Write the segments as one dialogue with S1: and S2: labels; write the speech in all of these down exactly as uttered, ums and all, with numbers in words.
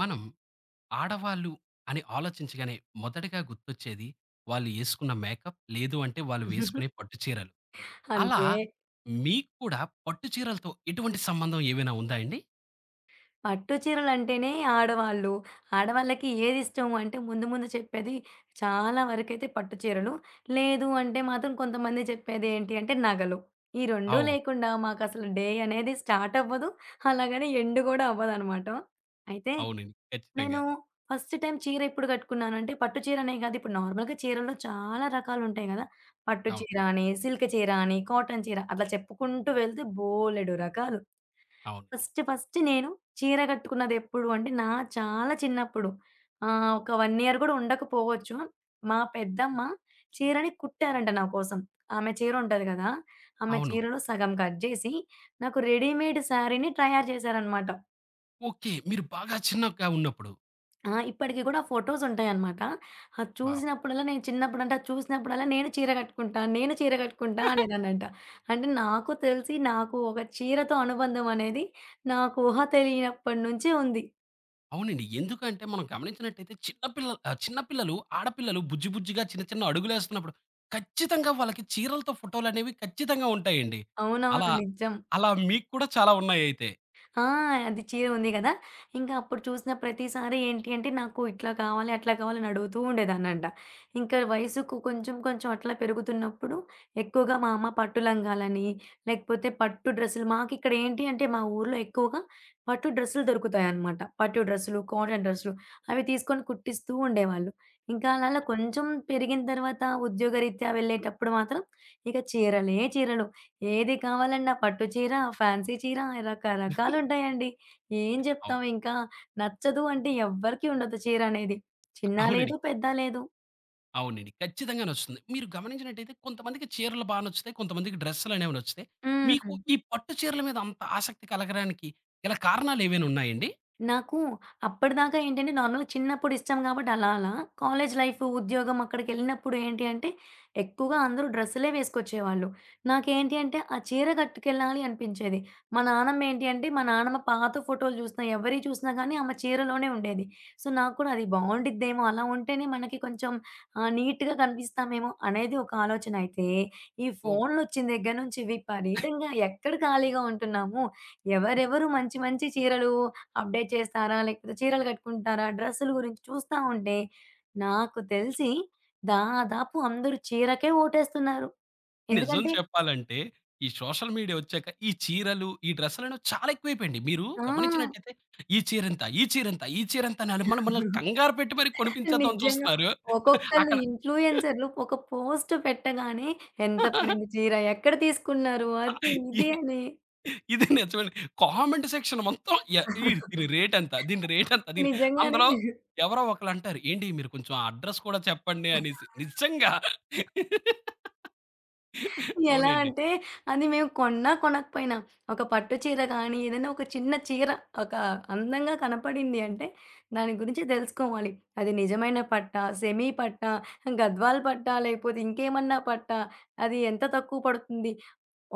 S1: మనం ఆడవాళ్ళు అని ఆలోచించగానే మొదటగా గుర్తొచ్చేది వాళ్ళు యేసుకున్న మేకప్, లేదు అంటే వాళ్ళు వేసుకునే పట్టు చీరలు. అలా
S2: అంతే.
S1: మీకు కూడా పట్టు చీరలతో ఎటువంటి సంబంధం ఏమైనా ఉందా అండి?
S2: పట్టు చీరలంటేనే ఆడవాళ్ళు. ఆడవాళ్ళకి ఏదిష్టం అంటే ముందు ముందు చెప్పేది చాలా వరకైతే పట్టు చీరలు. లేదు అంటే మాత్రం కొంతమంది చెప్పేది ఏంటి అంటే నగలు. ఈ రెండు
S1: ఓహ్!
S2: లేకుండా మాకసలు డే అనేది స్టార్ట్ అవ్వదు. అలాగని ఎండ్ గూడా అవ్వదనమాట. అయితే
S1: అవునండి.
S2: నేను
S1: ఖచ్చితంగా.
S2: ఫస్ట్ టైమ్ చీర ఎప్పుడు కట్టుకున్నానంటే పట్టు చీరనే కాదు. ఇప్పుడు నార్మల్‌గా చీరల్లో చాలా రకాలుంటాయి గదా! పట్టు
S1: అవును.
S2: చీర అని, సిల్క్ చీర అని, కాటన్ చీర అట్లా చెప్పుకుంటూ వెళ్తే బోలెడు రకాలు.
S1: అవును.
S2: ఫస్ట్ ఫస్ట్ నేను చీర కట్టుకున్నదెప్పుడు అంటే, నా చాలా చిన్నప్పుడు. ఆహ్, ఒక ఒకటి ఇయర్ గూడా ఉండకపోవచ్చు. మా పెద్దమ్మ చీరని కుట్టారంట నా కోసం. ఆమె చీరుంటది గదా! ఆమె
S1: అవును.
S2: చీరలో సగం కట్ జేసి, నాకు రెడీమేడ్ శారీని తయారు చేశారనమాట.
S1: ఓకే. మీరు బాగా చిన్నగా ఉన్నప్పుడు.
S2: ఆ! ఇప్పటికి గూడా ఫోటోసుంటాయనమాట. అది
S1: వావ్!
S2: చూసినప్పుడల్లా నేను చిన్నప్పుడంటే, అది చూసినప్పుడల్లా నేను చీర కట్టుకుంటా, నేను చీర కట్టుకుంటా అనేదాన్నంట. అంటే నాకు తెలిసి, నాకు ఒక చీరతో అనుబంధం అనేది నాకు ఊహ తెలియనప్పటి నుంచే ఉంది.
S1: అవునండి. ఎందుకంటే మనం గమనించినట్టయితే చిన్న పిల్లలు ఆహ్, చిన్న పిల్లలు, ఆడపిల్లలు బుజ్జి బుజ్జిగా చిన్న చిన్న అడుగులేస్తున్నప్పుడు ఖచ్చితంగా వాళ్ళకి చీరలతో ఫోటోలనేవి ఖచ్చితంగా ఉంటాయండి.
S2: అవునవును.
S1: అలా,
S2: నిజం.
S1: అలా మీకు కూడా చాలా ఉన్నాయయితే.
S2: ఆ! అది చీర ఉంది గదా! ఇంకా అప్పుడు చూసిన ప్రతిసారి ఏంటి అంటే, నాకు ఇట్లా కావాలి, అట్లా కావాలి అని అడుగుతూ ఉండేదాన్నంట. ఇంకా వయసుకు కొంచెం, కొంచెం అట్లా పెరుగుతున్నప్పుడు ఎక్కువగా మా అమ్మ పట్టు లంగాలని, లేకపోతే పట్టు డ్రెస్సులు మాకిక్కడ ఏంటి అంటే, మా ఊర్లో ఎక్కువగా పట్టు డ్రెస్సులు దొరుకుతాయన్నమాట. పట్టు డ్రెస్సులు, కాటన్ డ్రెస్సులు అవి తీసుకొని కుట్టిస్తూ ఉండేవాళ్ళు. ఇంకా అలా అలా కొంచెం పెరిగిన తర్వాత ఉద్యోగరీత్యా వెళ్ళేటప్పుడు మాత్రం ఇక చీరలే చీరలు. ఏది కావాలన్నా పట్టు చీర, ఫ్యాన్సీ చీర రకరకాలుంటాయండి. ఏం
S1: అవును.
S2: జెప్తాం ఇంకా? నచ్చదు అంటే ఎవ్వరికీ ఉండదు చీరనేది. చిన్నా
S1: అవునండి.
S2: లేదు, పెద్దా లేదు.
S1: అవునండి. ఖచ్చితంగా నచ్చుతుంది. మీరు గమనించినట్టయితే కొంతమందికి చీరలు బా నచ్చుతాయి. కొంతమందికి డ్రెస్సులనేవి నచ్చుతాయి.
S2: హ్మ్.
S1: మీకు ఈ పట్టు చీరల మీద అంత ఆసక్తి కలగడానికి గల కారణాలేవైనా ఉన్నాయండి?
S2: నాకు అప్పటిదాకా ఏంటంటే నార్మల్‌గా చిన్నప్పుడు ఇష్టం గాబట్టి అలా అలా. కాలేజ్ లైఫ్, ఉద్యోగం అక్కడికెళ్ళినప్పుడు ఏంటి అంటే ఎక్కువగా అందరూ డ్రెస్సులే వేసుకొచ్చేవాళ్ళు. నాకేంటి అంటే ఆ చీర కట్టుకెళ్ళాలి అనిపించేది. మా నాన్నమ్మ ఏంటి అంటే మా నాన్నమ్మ పాత ఫోటోలు చూసినా ఎవరియి చూసినా గానీ ఆమె చీరలోనే ఉండేది. సో, నాకు కూడా అది బావుండిద్దేమో అలా ఉంటేనే మనకి కొంచెం ఆహ్, నీట్‌గా కనిపిస్తామేమో అనేది ఒక ఆలోచన. అయితే ఈ ఫోన్‌లొచ్చిన దగ్గర నుంచి విపరీతంగా ఎక్కడ ఖాళీగా ఉంటున్నాము. ఎవరెవరు మంచి మంచి చీరలు అప్‌డేట్ చేస్తారా? లేకపోతే చీరలు కట్టుకుంటారా? డ్రెస్సుల గురించి చూస్తా ఉంటే నాకు తెలిసి దాదాపు అందరూ చీరకే ఓటేస్తున్నారు.
S1: నిజం
S2: ఎందుకంటే
S1: చెప్పాలంటే, ఈ సోషల్ మీడియా వచ్చాక ఈ చీరలు, ఈ డ్రెస్సులనేవి చాలా ఎక్కువైపోయాయండి. మీరు
S2: ఆ!
S1: గమనించినట్టయితే ఈ చీరెంత, ఈ చీరెంత, ఈ చీరెంత అని మనల్ని మనల్ని కంగారు పెట్టి మరి కొనిపించేద్దామని
S2: నిజంగా.
S1: చూస్తున్నారు.
S2: ఒక్కొక్కళ్ళు
S1: అక్కడ
S2: ఇన్‌ఫ్లూయెన్సర్‌లు ఒక పోస్ట్ పెట్టగానే ఎంత పడింది చీర? ఎక్కడ తీసుకున్నారు? అది
S1: ఇ
S2: ఇది అని.
S1: ఇది నిజమండి. కామెంట్ సెక్షన్ మొత్తం య ఈ దీని రేటెంత, దీని రేటెంత, దీని
S2: నిజంగానే.
S1: అందులో ఎవరో ఒకలంటారు, "ఏండి మీరు కొంచెం ఆ అడ్రెస్ కూడా చెప్పండి" అనేసి. నిజంగా.
S2: ఎలా
S1: అవునండి.
S2: అంటే అది మేము కొన్నా, కొనకపోయినా ఒక పట్టు చీర కానీ, ఏదైనా ఒక చిన్న చీర ఒక అందంగా కనపడింది అంటే, దాని గురించి తెలుసుకోవాలి. అది నిజమైన పట్టా, సెమీ పట్టా, గద్వాల్ పట్టా, లేకపోతే ఇంకేమన్నా పట్టా, అది ఎంత తక్కువ పడుతుంది?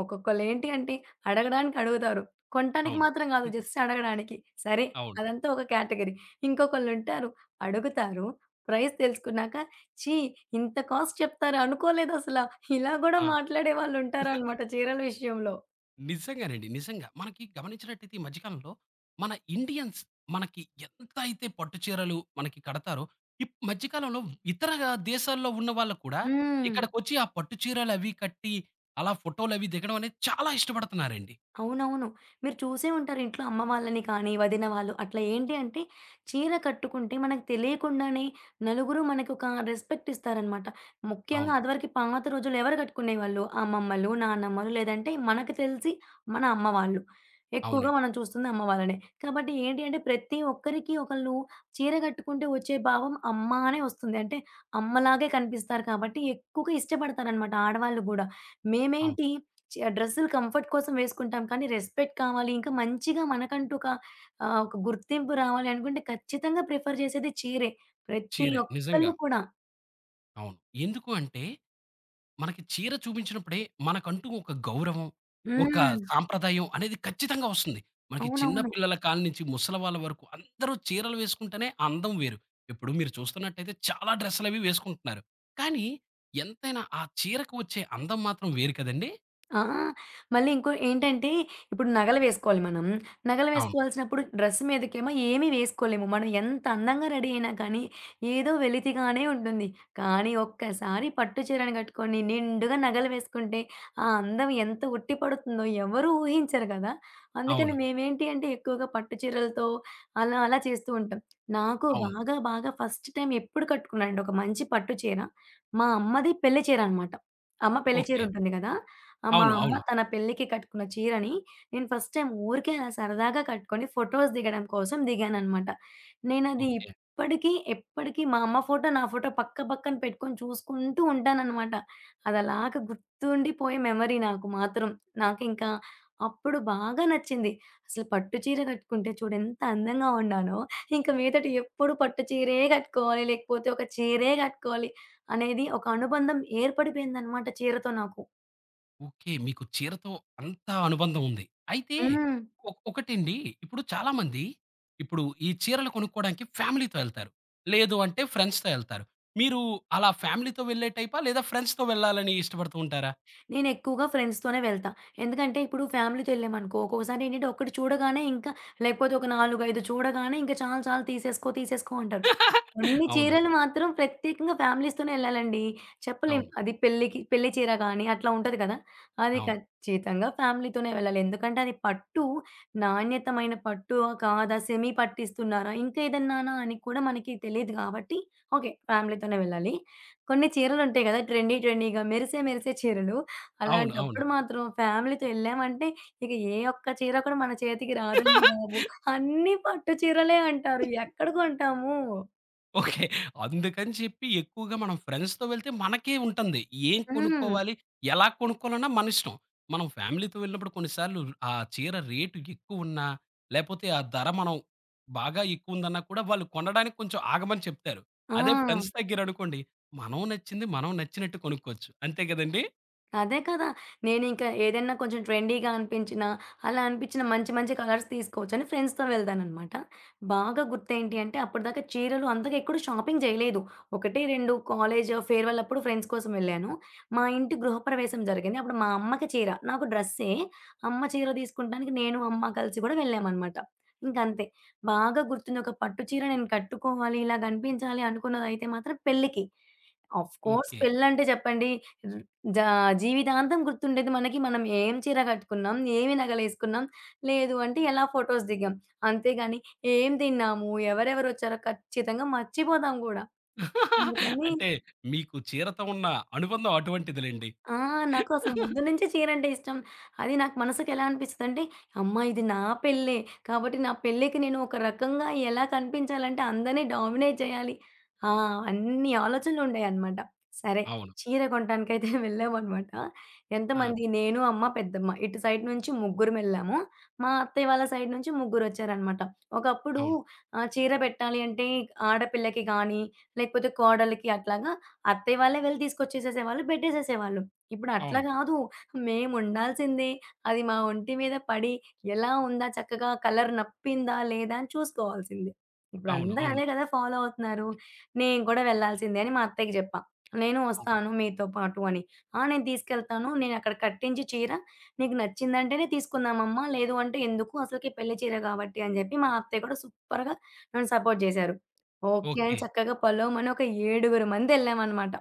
S2: ఒక్కొక్కళ్ళేంటి అంటే అడగడానికి అడుగుతారు. కొనటానికి
S1: అవును.
S2: మాత్రం గాదు. జస్ట్ అడగడానికి. సరే
S1: అవును.
S2: అదంతా ఒక కేటగరీ. ఇంకొకళ్ళుంటారు అడుగుతారు. ప్రైస్ తెలుసుకున్నాక ఛీ! ఇంత కాస్ట్ చెప్తారా అనుకోలేదసల. ఇలా గూడా
S1: ఆ!
S2: మాట్లాడే వాళ్ళుంటారనమాట చీరల విషయంలో.
S1: నిజంగానండి. నిజంగా. మనకి గమనించినట్టయితే ఈ మధ్య కాలంలో మన ఇండియన్స్ మనకి ఎంత అయితే పట్టు చీరలు మనకి కడతారో, ఈ మధ్య కాలంలో ఇతర దేశాల్లో ఉన్న వాళ్ళు కూడా
S2: హ్మ్.
S1: ఇక్కడికొచ్చి ఆ పట్టు చీరలవి కట్టి అలా ఫోటోలవి దిగడం అనేది చాలా ఇష్టపడుతున్నారండి.
S2: అవునవును. మీరు చూసే ఉంటారు ఇంట్లో అమ్మ వాళ్ళని కానీ, వదిన వాళ్ళు అట్లా ఏంటి అంటే చీర కట్టుకుంటే మనకు తెలియకుండానే నలుగురు మనకొక రెస్పెక్ట్ ఇస్తారనమాట. ముఖ్యంగా
S1: అవును.
S2: అదివరకు పాత రోజుల్లో ఎవరు కట్టుకునేవాళ్ళు? అమ్మమ్మలు, నానమ్మలు లేదంటే మనకు తెలిసి మన అమ్మ వాళ్ళు. ఎక్కువగా
S1: అవునండి.
S2: మనం చూస్తుంది అమ్మ వాళ్ళనే. కాబట్టి ఏంటి అంటే ప్రతి ఒక్కరికి ఒకళ్ళు చీర కట్టుకుంటే వచ్చే భావం అమ్మ అనే వస్తుంది. అంటే అమ్మలాగే కనిపిస్తారు కాబట్టి ఎక్కువగా ఇష్టపడతారనమాట ఆడవాళ్ళు గూడా.
S1: అవును.
S2: మేమేంటి ఆ డ్రెస్సులు కంఫర్ట్ కోసం వేసుకుంటాం. కానీ రెస్పెక్ట్ కావాలి. ఇంకా మంచిగా మనకంటూ ఒక ఆహ్, ఒక గుర్తింపు రావాలి అనుకుంటే ఖచ్చితంగా ప్రిఫర్ చేసేది చీరే. ప్రతి
S1: చీరే
S2: ఒక్కళ్ళు
S1: నిజంగా.
S2: కూడా.
S1: అవును. ఎందుకు అంటే మనకి చీర చూపించినప్పుడే మనకంటూ ఒక గౌరవం, ఒక
S2: హ్మ్.
S1: సాంప్రదాయం అనేది ఖచ్చితంగా వస్తుంది. మనకి చిన్న
S2: అవునవును.
S1: పిల్లల కాళ్ళ నుంచి ముసలి వాళ్ళ వరకు అందరూ చీరలు వేసుకుంటేనే ఆ అందం వేరు. ఇప్పుడు మీరు చూస్తున్నట్టయితే చాలా డ్రెస్సులవి వేసుకుంటున్నారు. కానీ ఎంతైనా ఆ చీరకు వచ్చే అందం మాత్రం వేరు కదండీ!
S2: ఆ! మళ్ళీ ఇంకో ఏంటంటే, ఇప్పుడు నగలు వేసుకోవాలి మనం. నగలు
S1: అవును.
S2: వేసుకోవాల్సినప్పుడు డ్రెస్ మీదకేమో ఏమీ వేసుకోలేము. మనం ఎంత అందంగా రెడీ అయినా కానీ, ఏదో వెలితిగానే ఉంటుంది. కానీ ఒక్కసారి పట్టు చీరను కట్టుకొని, నిండుగా నగలు వేసుకుంటే, ఆ అందం ఎంత ఉట్టి పడుతుందో ఎవరు ఊహించరు కదా! అందుకని
S1: అవును.
S2: మేమేంటి అంటే, ఎక్కువగా పట్టు చీరలతో అలా, అలా చేస్తూ ఉంటాం. నాకు
S1: అవును.
S2: బాగా, బాగా ఫస్ట్ టైం ఎప్పుడు కట్టుకున్నానంటే, ఒక మంచి పట్టు చీర, మా అమ్మది పెళ్లి చీర అనమాట. అమ్మ పెళ్లి చీర
S1: ఓకే.
S2: ఉంటుంది కదా! ఆ! మా
S1: అవును.
S2: అమ్మ
S1: అవును.
S2: తన పెళ్ళికి కట్టుకున్న చీరని నేను ఫస్ట్ టైమ్ ఊరికే అలా సరదాగా కట్టుకొని ఫోటోస్ దిగడం కోసం దిగాననమాట. నేనది
S1: ఓకే.
S2: ఇప్పటికి, ఎప్పటికి మా అమ్మ ఫోటో, నా ఫోటో పక్క పక్కన పెట్టుకొని చూసుకుంటూ ఉంటాననమాట. అదలాగా గుర్తుండిపోయే మెమరీ నాకు మాత్రం. నాకింకా అప్పుడు బాగా నచ్చింది. అసలు పట్టు చీర కట్టుకుంటే చూడు ఎంత అందంగా ఉన్నానో, ఇంక మీదట ఎప్పుడు పట్టు చీరే కట్టుకోవాలి, లేకపోతే ఒక చీరే కట్టుకోవాలి అనేది ఒక అనుబంధం ఏర్పడిపోయిందనమాట చీరతో నాకు.
S1: ఓకే. మీకు చీరతో అంత అనుబంధం ఉంది. అయితే
S2: హ్మ్.
S1: ఒ ఒకటండి ఇప్పుడు చాలామంది ఇప్పుడు ఈ చీరలు కొనుక్కోవడానికి ఫ్యామిలీతో ఎళ్తారు. లేదు అంటే ఫ్రెండ్స్‌తో ఎళ్తారు. మీరు అలా ఫ్యామిలీతో వెళ్ళే టైపా? లేదా ఫ్రెండ్స్‌తో వెళ్ళాలని ఇష్టపడుతూ ఉంటారా?
S2: నేనెక్కువగా ఫ్రెండ్స్‌తోనే వెళ్తా. ఎందుకంటే ఇప్పుడు ఫ్యామిలీతో వెళ్ళామనుకో ఒక్కొక్కసారి ఏంటంటే ఒకటి చూడగానే ఇంకా లేకపోతే ఒక నాలుగు, ఐదు చూడగానే ఇంకా చాలు చాలు తీసేసుకో, తీసేసుకో అంటారు. కొన్ని
S1: అవును.
S2: చీరలు మాత్రం ప్రత్యేకంగా ఫ్యామిలీస్‌తోనే ఎళ్ళాలండి. చెప్పలేం.
S1: అవును.
S2: అది పెళ్ళికి పెళ్లి చీర గాని అట్లా ఉంటది కదా! అది
S1: అవును.
S2: ఖచ్చితంగా ఫ్యామిలీతోనే వెళ్ళాలి. ఎందుకంటే అది పట్టు నాణ్యతమైన పట్టు కాదా? సెమీ పట్టిస్తున్నారా? ఇంకా ఏదన్నానా అని కూడా మనకి తెలీదు కాబట్టి ఓకే. ఫ్యామిలీతోనే వెళ్ళాలి. కొన్ని చీరలుంటాయి కదా! ట్రెండీ ట్రెండీగా మెరిసే మెరిసే చీరలు.
S1: అవును. అవును.
S2: అలాంటప్పుడు మాత్రం ఫ్యామిలీతో ఎళ్ళామంటే ఇక ఏ ఒక్క చీర కూడా మన చేతికి రాదండి బాబు. అన్నీ పట్టు చీరలే అంటారు. ఎక్కడ కొంటాము?
S1: ఓకే. అందుకని చెప్పి ఎక్కువగా మనం ఫ్రెండ్స్‌తో వెళ్తే మనకే ఉంటుంది. ఏం
S2: హ్మ్.
S1: కొనుక్కోవాలి, ఎలా కొనుక్కోవాలన్నా మనిష్టం. మనం ఫ్యామిలీతో వెళ్ళినప్పుడు కొన్ని సార్లు ఆ చీర రేటు ఎక్కువున్నా, లేపోతే ఆ ధర మనం బాగా ఎక్కువుందన్నా కూడా వాళ్ళు కొనడానికి కొంచెం ఆగమని చెప్తారు. అదే
S2: ఆ!
S1: ఫ్రెండ్స్ దగ్గరనుకోండి, మనం నచ్చింది మనం నచ్చినట్టు కొనుక్కోవచ్చు. అంతే కదండీ!
S2: అదే కదా! నేనింకా ఏదైనా కొంచెం ట్రెండీగా అనిపించినా, అలా అనిపించిన మంచి మంచి కలర్స్ తీసుకోవచ్చని ఫ్రెండ్స్‌తో వెళ్తాననమాట. బాగా గుర్తేంటి అంటే అప్పటిదాకా చీరలు అంతగా ఎక్కడ షాపింగ్ చేయలేదు. ఒకటి, రెండు కాలేజ్ ఫేర్‌వెల్ అప్పుడు ఫ్రెండ్స్ కోసం వెళ్ళాను. మా ఇంటి గృహప్రవేశం జరిగింది. అప్పుడు మా అమ్మకి చీర, నాకు డ్రెస్సే. అమ్మ చీర తీసుకుంటానికి నేను, అమ్మ కలిసి కూడా వెళ్ళామనమాట. ఇంకంతే. బాగా గుర్తుంది ఒక పట్టు చీర నేను కట్టుకోవాలి, ఇలా కనిపించాలి అనుకున్నదైతే మాత్రం పెళ్ళికి. Of course
S1: okay.
S2: పెళ్ళంటే చెప్పండి జా జీవితాంతం గుర్తుండేది మనకి మనం ఏం చీర కట్టుకున్నాం, ఏమి నగలేసుకున్నాం, లేదు అంటే ఎలా ఫోటోస్ దిగాం. అంతేగాని ఏం తిన్నాము, ఎవరెవరొచ్చారో ఖచ్చితంగా మర్చిపోతాం గూడా. అందుకని
S1: అంటే మీకు చీరతో ఉన్న అనుబంధం అటువంటిదిలెండి.
S2: ఆ! నాకు అసలు ముందు నుంచే చీరంటే ఇష్టం. అది నాకు మనసుకెలా అనిపిస్తదంటే, అమ్మ ఇది నా పెళ్ళే. కాబట్టి నా పెళ్ళికి నేను ఒక రకంగా ఎలా కనిపించాలంటే అందరిని డామినేట్ చేయాలి. ఆ! అన్ని ఆలోచనలుండాయనమాట. సరే
S1: అవును.
S2: చీర కొనటానికైతే వెళ్ళామనమాట.
S1: ఆ!
S2: ఎంతమంది నేను, అమ్మ, పెద్దమ్మ ఇటు సైడ్ నుంచి ముగ్గురం వెళ్ళాము. మా అత్తయ్య వాళ్ళ సైడ్ నుంచి ముగ్గురొచ్చారనమాట. ఒకప్పుడు
S1: అవును.
S2: ఆహ్, చీర పెట్టాలి అంటే ఆడపిల్లకి గానీ, లేకపోతే కోడలికి అట్లాగా అత్తయ్య వాళ్ళే వెళ్ళి తీసుకొచ్చేసేసేవాళ్ళు, పెట్టేసేసేవాళ్ళు. ఇప్పుడు అట్లా
S1: అవును.
S2: గాదు. మేముండాల్సిందే అది మా ఒంటి మీద పడి, ఎలా ఉందా చక్కగా కలర్ నప్పిందా లేదా అని చూసుకోవాల్సిందే.
S1: అవును. అవును.
S2: ఇప్పుడందరూ అదే
S1: అవును.
S2: గదా ఫాలో అవుతున్నారు. నేను కూడా వెళ్ళాల్సిందే అని మా అత్తయ్యకి జెప్పా. "నేను
S1: అవును.
S2: ఒస్తాను మీతో పాటు" అని. "ఆ! నేను తీసుకెళ్తాను. నేనక్కడ కట్టించి చీర నీకు నచ్చిందంటేనే తీసుకుందామమ్మా. లేదు అంటే ఎందుకు అసలకి పెళ్లి చీర గాబట్టి" అని జెప్పి మా అత్తయ్య కూడా సూపర్‌గా నన్ను సపోర్ట్ జేశారు. ఓకే అని
S1: ఓకే.
S2: చక్కగా పొలోమని ఒక ఏడుగురు మందెళ్ళామనమాట.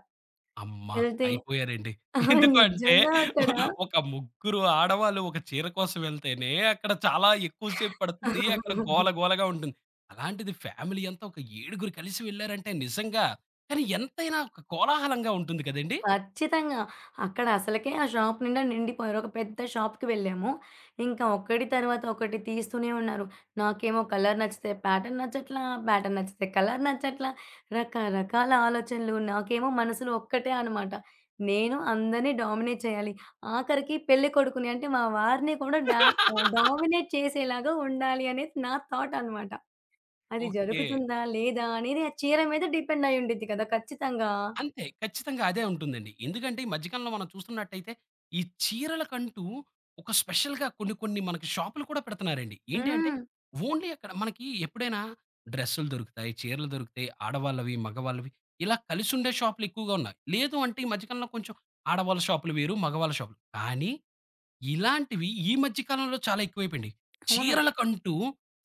S1: అమ్మ!
S2: ఎళ్తే
S1: అయిపోయారండి.
S2: అహా!
S1: ఎందుకు అంటే
S2: నిజంగా అక్కడ
S1: ఒక ముగ్గురు ఆడవాళ్ళు ఒక చీర కోసం వెళ్తేనే అక్కడ చాలా ఎక్కువ సేపు పడుతుంది. అక్కడ గోల గోలగా ఉంటుంది. అలాంటిది ఫ్యామిలీ అంతా ఒక ఏడుగురు కలిసి వెళ్లారంటే నిజంగా కానీ ఎంతైనా ఒక కోలాహలంగా ఉంటుంది కదండీ!
S2: ఖచ్చితంగా. అక్కడ అసలకే ఆ షాప్ నిండా నిండిపోయారు. ఒక పెద్ద షాప్‌కి వెళ్ళాము. ఇంకా ఒకటి తర్వాత ఒకటి తీస్తూనే ఉన్నారు. నాకేమో కలర్ నచ్చితే ప్యాటర్న్ నచ్చట్లా, ప్యాటర్న్ నచ్చితే కలర్ నచ్చట్లా, రకరకాల ఆలోచనలు. నాకేమో మనసులో ఒక్కటే అనమాట. నేను అందరిని డామినేట్ చేయాలి. ఆఖరికి పెళ్ళికొడుకుని అంటే మా వారిని కూడా డా ఆహ్, డామినేట్ చేసేలాగా ఉండాలి అనేది నా థాట్ అనమాట. అది
S1: ఓకే.
S2: జరుగుతుందా? లేదా? అనేది ఆ చీర మీద డిపెండ్ అయ్యుండిద్ది కదా! ఖచ్చితంగా.
S1: అంతే. ఖచ్చితంగా అదే ఉంటుందండి. ఎందుకంటే ఈ మధ్య కాలంలో మనం చూస్తున్నట్టయితే ఈ చీరలకంటూ ఒక స్పెషల్‌గా కొన్ని కొన్ని మనకి షాపులు కూడా పెడుతున్నారండి. ఏంటి అంటే
S2: హ్మ్.
S1: ఓన్లీ అక్కడ మనకి ఎప్పుడైనా డ్రెస్సులు దొరుకుతాయి, చీరలు దొరుకుతాయి. ఆడవాళ్ళవి, మగవాళ్ళవి ఇలా కలిసుండే షాపులు ఎక్కువగా ఉన్నాయి. లేదు అంటే ఈ మధ్య కాలంలో కొంచెం ఆడవాళ్ళ షాపులు వేరు, మగవాళ్ళ షాపులు. కానీ ఇలాంటివి ఈ మధ్య కాలంలో చాలా ఎక్కువైపోయినియి.
S2: అవును.
S1: చీరలకంటూ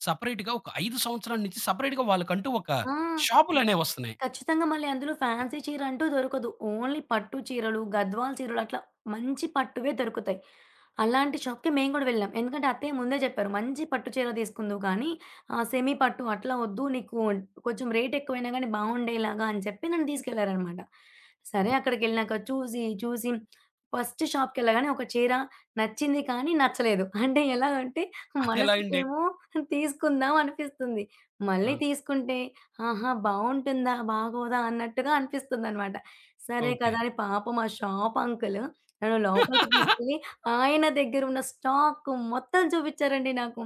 S1: సెపరేట్‌గా ఒక ఐదు సంవత్సరాల నుంచి సెపరేట్‌గా వాళ్ళకంటూ ఒక
S2: ఆ!
S1: షాపులనేవొస్తున్నాయి.
S2: ఖచ్చితంగా మళ్ళీ అందులో ఫ్యాన్సీ చీర అంటూ దొరకదు. ఓన్లీ పట్టు చీరలు, గద్వాల్ చీరలు అట్లా మంచి పట్టువే దొరుకుతాయి. అలాంటి షాప్‌కి మేము కూడా వెళ్ళాం. ఎందుకంటే అత్తయ్య ముందే చెప్పారు. మంచి పట్టు చీర తీసుకుందువు కానీ ఆహ్, సెమీ పట్టు అట్లా వద్దు. నీకు కొంచెం రేట్ ఎక్కువైనా గానీ బాగుండేలాగా అని చెప్పి నన్ను తీసుకెళ్లారనమాట. సరే అక్కడికెళ్ళినాక చూసి, చూసి ఫస్ట్ షాప్‌కెళ్ళగానే ఒక చీర నచ్చింది కానీ నచ్చలేదు. అంటే ఎలా అంటే
S1: అదెలా అండి?
S2: మనసుకేమో తీసుకుందాం అనిపిస్తుంది.
S1: ఆ!
S2: మళ్ళీ తీసుకుంటే ఆహా! బావుంటుందా, బాగోదా అన్నట్టుగా అనిపిస్తుందనమాట. సరే
S1: ఓకే.
S2: కదా! అని పాపం ఆ షాప్ అంకుల్ నన్ను లోపలికి తీసుకెళ్ళి ఆయన దగ్గరున్న స్టాక్ మొత్తం చూపిచ్చారండి నాకు.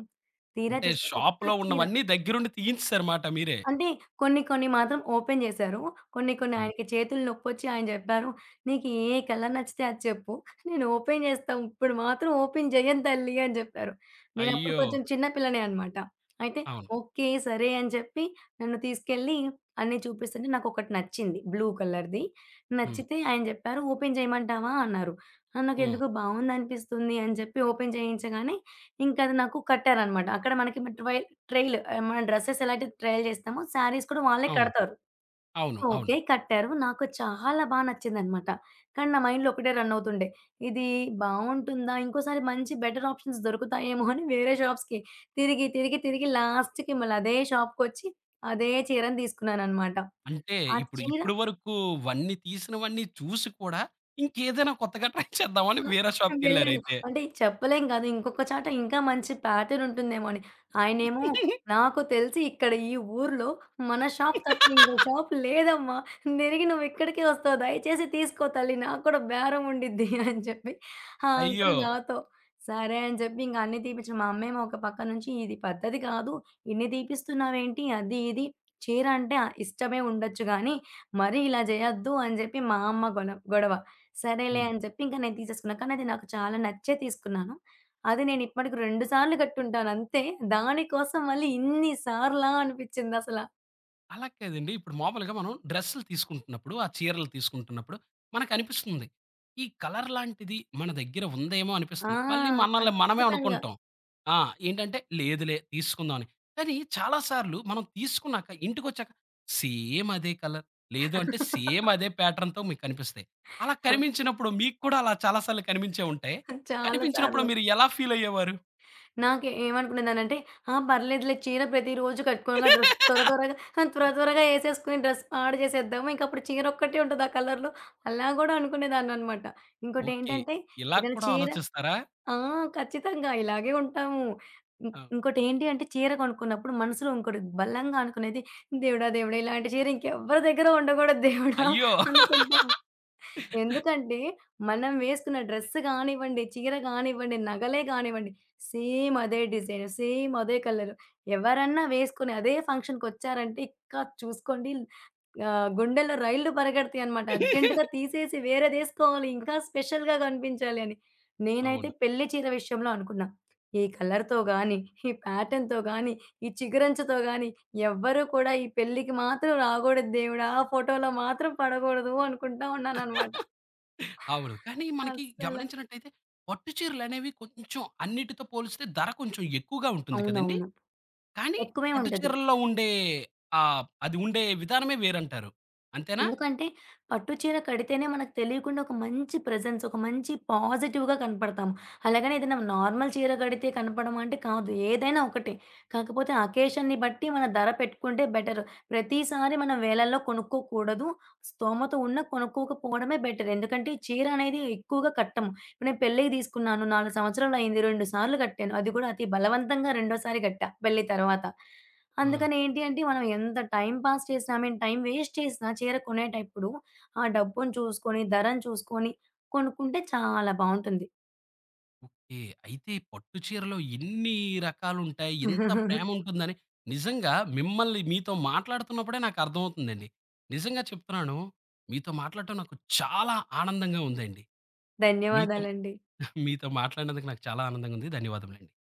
S2: తీరా
S1: అంటే
S2: చూస్తే ఒక్క
S1: షాప్‌లో
S2: చీర
S1: ఉన్నవన్నీ దగ్గరుండి తీయించేసారుమాట మీరే.
S2: అంటే కొన్ని కొన్ని మాత్రం ఓపెన్ చేశారు. కొన్ని కొన్ని
S1: హ్మ్.
S2: ఆయనకి చేతులు నొప్పొచ్చి ఆయన చెప్పారు, "నీకు ఏ కలర్ నచ్చితే అది చెప్పు. నేను ఓపెన్ చేస్తా. ఇప్పుడు మాత్రం ఓపెన్ చేయను తల్లి" అని చెప్పారు. నేనప్పుడు
S1: అయ్యో!
S2: కొంచెం చిన్న పిల్లనే అనమాట. అయితే
S1: అవును.
S2: ఓకే. సరే అని చెప్పి నన్ను తీసుకెళ్ళి అన్నీ చూపిస్తుంటే నాకొకటి నచ్చింది. బ్లూ కలర్‌ది.
S1: హ్మ్.
S2: నచ్చితే ఆయన చెప్పారు, "ఓపెన్ చేయమంటావా?" అన్నారు. ఆహ్,
S1: హ్మ్.
S2: నాకెందుకో బావుందనిపిస్తుంది అని చెప్పి ఓపెన్ చేయించగానే ఇంకది నాకు కట్టారనమాట. అక్కడ మనకి మ ట్రై ట్రైల్ ఆహ్, మన డ్రెసెస్ ఎలాగైతే ట్రైల్ చేస్తామో శారీస్ కూడా వాళ్ళే
S1: అవును.
S2: కడతారు.
S1: అవును. అవును.
S2: ఓకే. కట్టారు. నాకు చాలా బా నచ్చిందనమాట. కానీ నా మైండ్‌లో ఒకటే రన్ అవుతుండే. ఇది బావుంటుందా? ఇంకోసారి మంచి బెటర్ ఆప్షన్స్ దొరుకుతాయేమో అని వేరే షాప్స్‌కి తిరిగి, తిరిగి, తిరిగి లాస్ట్‌కి మళ్ళీ అదే షాప్‌కొచ్చి అదే చీరని తీసుకున్నాననమాట.
S1: అంటే
S2: ఆ
S1: ఇప్పుడు
S2: చీర
S1: ఇప్పుడు వరకు వన్నీ తీసినవన్నీ చూసి కూడా ఇంకేదైనా కొత్తగా ట్రై చేద్దామని వేరే
S2: ఆ! వెళ్ళాను.
S1: షాప్‌కెళ్లారైతే.
S2: అంటే చెప్పలేం కదా! ఇంకొక చోట ఇంకా మంచి ప్యాటర్న్ ఉంటుందేమో అని. ఆయనేమో "నాకు తెలిసి ఇక్కడ ఈ ఊర్లో మన షాప్ తప్ప ఇంకో షాప్ లేదమ్మా! తిరిగి నువ్వు ఇక్కడికే వస్తావు. దయచేసి తీసుకో తల్లి. నాకు కూడా బేరం ఉండిద్ది" అని చెప్పి ఆ
S1: అయ్యో!
S2: అంకుల్ నాతో సరే అని చెప్పి ఇంక అన్నీ తీపిచ్చాం. మా అమ్మేమో ఒక పక్క నుంచి "ఇది పద్ధతి కాదు. ఇన్ని తీపిస్తున్నావేంటి?" అది ఇది. చీర అంటే ఆహ్, ఇష్టమే ఉండొచ్చు గానీ, మరీ ఇలా చేయొద్దు అని చెప్పి మా అమ్మ గొన గొడవ. సరేలే
S1: హ్మ్.
S2: అని చెప్పి ఇంక నేను తీసేసుకున్నా. కానీ అది నాకు చాలా నచ్చే తీసుకున్నాను. అది నేను ఇప్పటికి రెండు సార్లు కట్టుంటాను అంతే. దాని కోసం మళ్ళీ ఇన్ని సార్లా అనిపిచ్చిందసల.
S1: అలా కాదండి. ఇప్పుడు మామూలుగా మనం డ్రెస్సులు తీసుకుంటున్నప్పుడు, ఆ చీరలు తీసుకుంటున్నప్పుడు మనకనిపిస్తుంది. ఈ కలర్ లాంటిది మన దగ్గర ఉందేమో
S2: ఆ!
S1: అనిపిస్తుంది. మళ్ళీ మనల్ని మనమే
S2: ఖచ్చితంగా.
S1: అనుకుంటాం. ఆ! ఏంటంటే లేదులే తీసుకుందాం అని. కానీ చాలా సార్లు మనం తీసుకున్నాక ఇంటికొచ్చాక సేమ్ అదే కలర్, లేదు అంటే సేమ్ అదే ప్యాటర్న్‌తో మీకు కనిపిస్తాయి. అలా కనిపించినప్పుడు మీకు కూడా అలా చాలా సార్లు కనిపించే ఉంటాయి.
S2: చాలా
S1: కనిపించినప్పుడు
S2: సార్లు.
S1: మీరు ఎలా ఫీల్ అయ్యేవారు?
S2: నాకు ఏమనుకునేదాన్నంటే, ఆ! పర్లేదులే చీర ప్రతిరోజు కట్టుకోనుగా డ్రెస్ త్వర త్వరగా ఆ! త్వర త్వరగా ఏసేసుకొని డ్రెస్ పాడు చేసేద్దాము. ఇంకప్పుడు చీరొక్కటే ఉంటది ఆ కలర్‌లో. అలా గూడా అనుకునేదాన్ననమాట.
S1: ఓకే.
S2: ఇంకోటేంటంటే
S1: ఇలా
S2: ఏదైనా
S1: కూడా
S2: చీర
S1: ఆలోచిస్తారా?
S2: ఆ! ఖచ్చితంగా ఇలాగే ఉంటాము. ఇం
S1: ఆ!
S2: ఇంకోటేంటి అంటే చీర కొనుక్కున్నప్పుడు మనసులో ఇంకోటి బలంగా అనుకునేది దేవుడా! దేవుడా! ఇలాంటి చీర ఇంకెవ్వరి దగ్గర ఉండకూడదు దేవుడా!
S1: అయ్యో!
S2: అనుకుంటాం. ఎందుకంటే మనం వేసుకున్న డ్రెస్ గానివ్వండి, చీర గానివ్వండి, నగలే గానివ్వండి సేమ్ అదే డిజైన్, సేమ్ అదే కలర్ ఎవరన్నా వేసుకొని అదే ఫంక్షన్‌కొచ్చారంటే ఇక చూసుకోండి ఆ! గుండెల్లో రైళ్లు పరిగెడతాయన్నమాట. అర్జెంట్‌గా తీసేసి వేరేదేసుకోవాలి. ఇంకా స్పెషల్‌గా కనిపించాలి అని. నేనైతే
S1: అవును.
S2: పెళ్లి చీర విషయంలో అనుకున్నా. ఈ కలర్‌తో గాని, ఈ ప్యాటర్న్‌తో గాని, ఈ చిగురంచుతో గాని ఎవ్వరు కూడా ఈ పెళ్ళికి మాత్రం రాగూడదు దేవుడా! ఆ ఫోటోలో మాత్రం పడగూడదు అనుకుంటా ఉన్నానన్నమాట.
S1: అవును. కానీ మనకి
S2: అస్సల.
S1: గమనించినట్టయితే పట్టు చీరలనేవి కొంచెం అన్నిటితో పోలిస్తే ధర కొంచెం ఎక్కువగా ఉంటుంది కదండీ!
S2: అవునవును.
S1: కానీ
S2: ఎక్కువే
S1: పట్టు
S2: ఉంటది.
S1: చీరల్లో ఉండే ఆహ్, అది ఉండే విధానమే వేరంటారు. అంతేనా?
S2: ఎందుకంటే, పట్టు చీర కడితేనే మనకు తెలియకుండా ఒక మంచి ప్రెజెన్స్, ఒక మంచి పాజిటివ్‌గా కనపడతాము. అలాగని ఏదైనా నార్మల్ చీర కడితే కనపడడం అంటే కాదు. ఏదైనా ఒకటే. కాకపోతే అకేషన్‌ని బట్టి మన ధర పెట్టుకుంటే బెటరు. ప్రతిసారి మనం వేలల్లో కొనుక్కోకూడదు. స్తోమత ఉన్నా కొనుక్కోకపోవడమే బెటర్. ఎందుకంటే, ఈ చీర అనేది ఎక్కువగా కట్టము. ఇప్పుడు నేను పెళ్ళికి తీసుకున్నాను. నాలుగు సంవత్సరాలు అయింది. రెండు సార్లు కట్టాను. అది కూడా అతి బలవంతంగా రెండోసారి కట్టా పెళ్లి తర్వాత.
S1: ఆ!
S2: అందుకని ఏంటి అంటే, మనం ఎంత టైం పాస్ చేసినా, ఐ మీన్ టైం వేస్ట్ చేసినా చీర కొనేటప్పుడు ఆ డబ్బును చూసుకొని, ధరను చూసుకొని కొనుక్కుంటే చాలా బావుంటుంది.
S1: ఓకే. అయితే పట్టు చీరలో ఇన్ని రకాలుంటాయి, ఇంత ప్రేముంటుందని నిజంగా మిమ్మల్ని మీతో మాట్లాడుతున్నప్పుడే నాకర్థమవుతుందండి. నిజంగా చెప్తున్నాను. మీతో మాట్లాడటం నాకు చాలా ఆనందంగా ఉందండి. మీతో
S2: ధన్యవాదాలండి.
S1: మీతో మాట్లాడినందుకు నాకు చాలా ఆనందంగా ఉంది. ధన్యవాదములండి.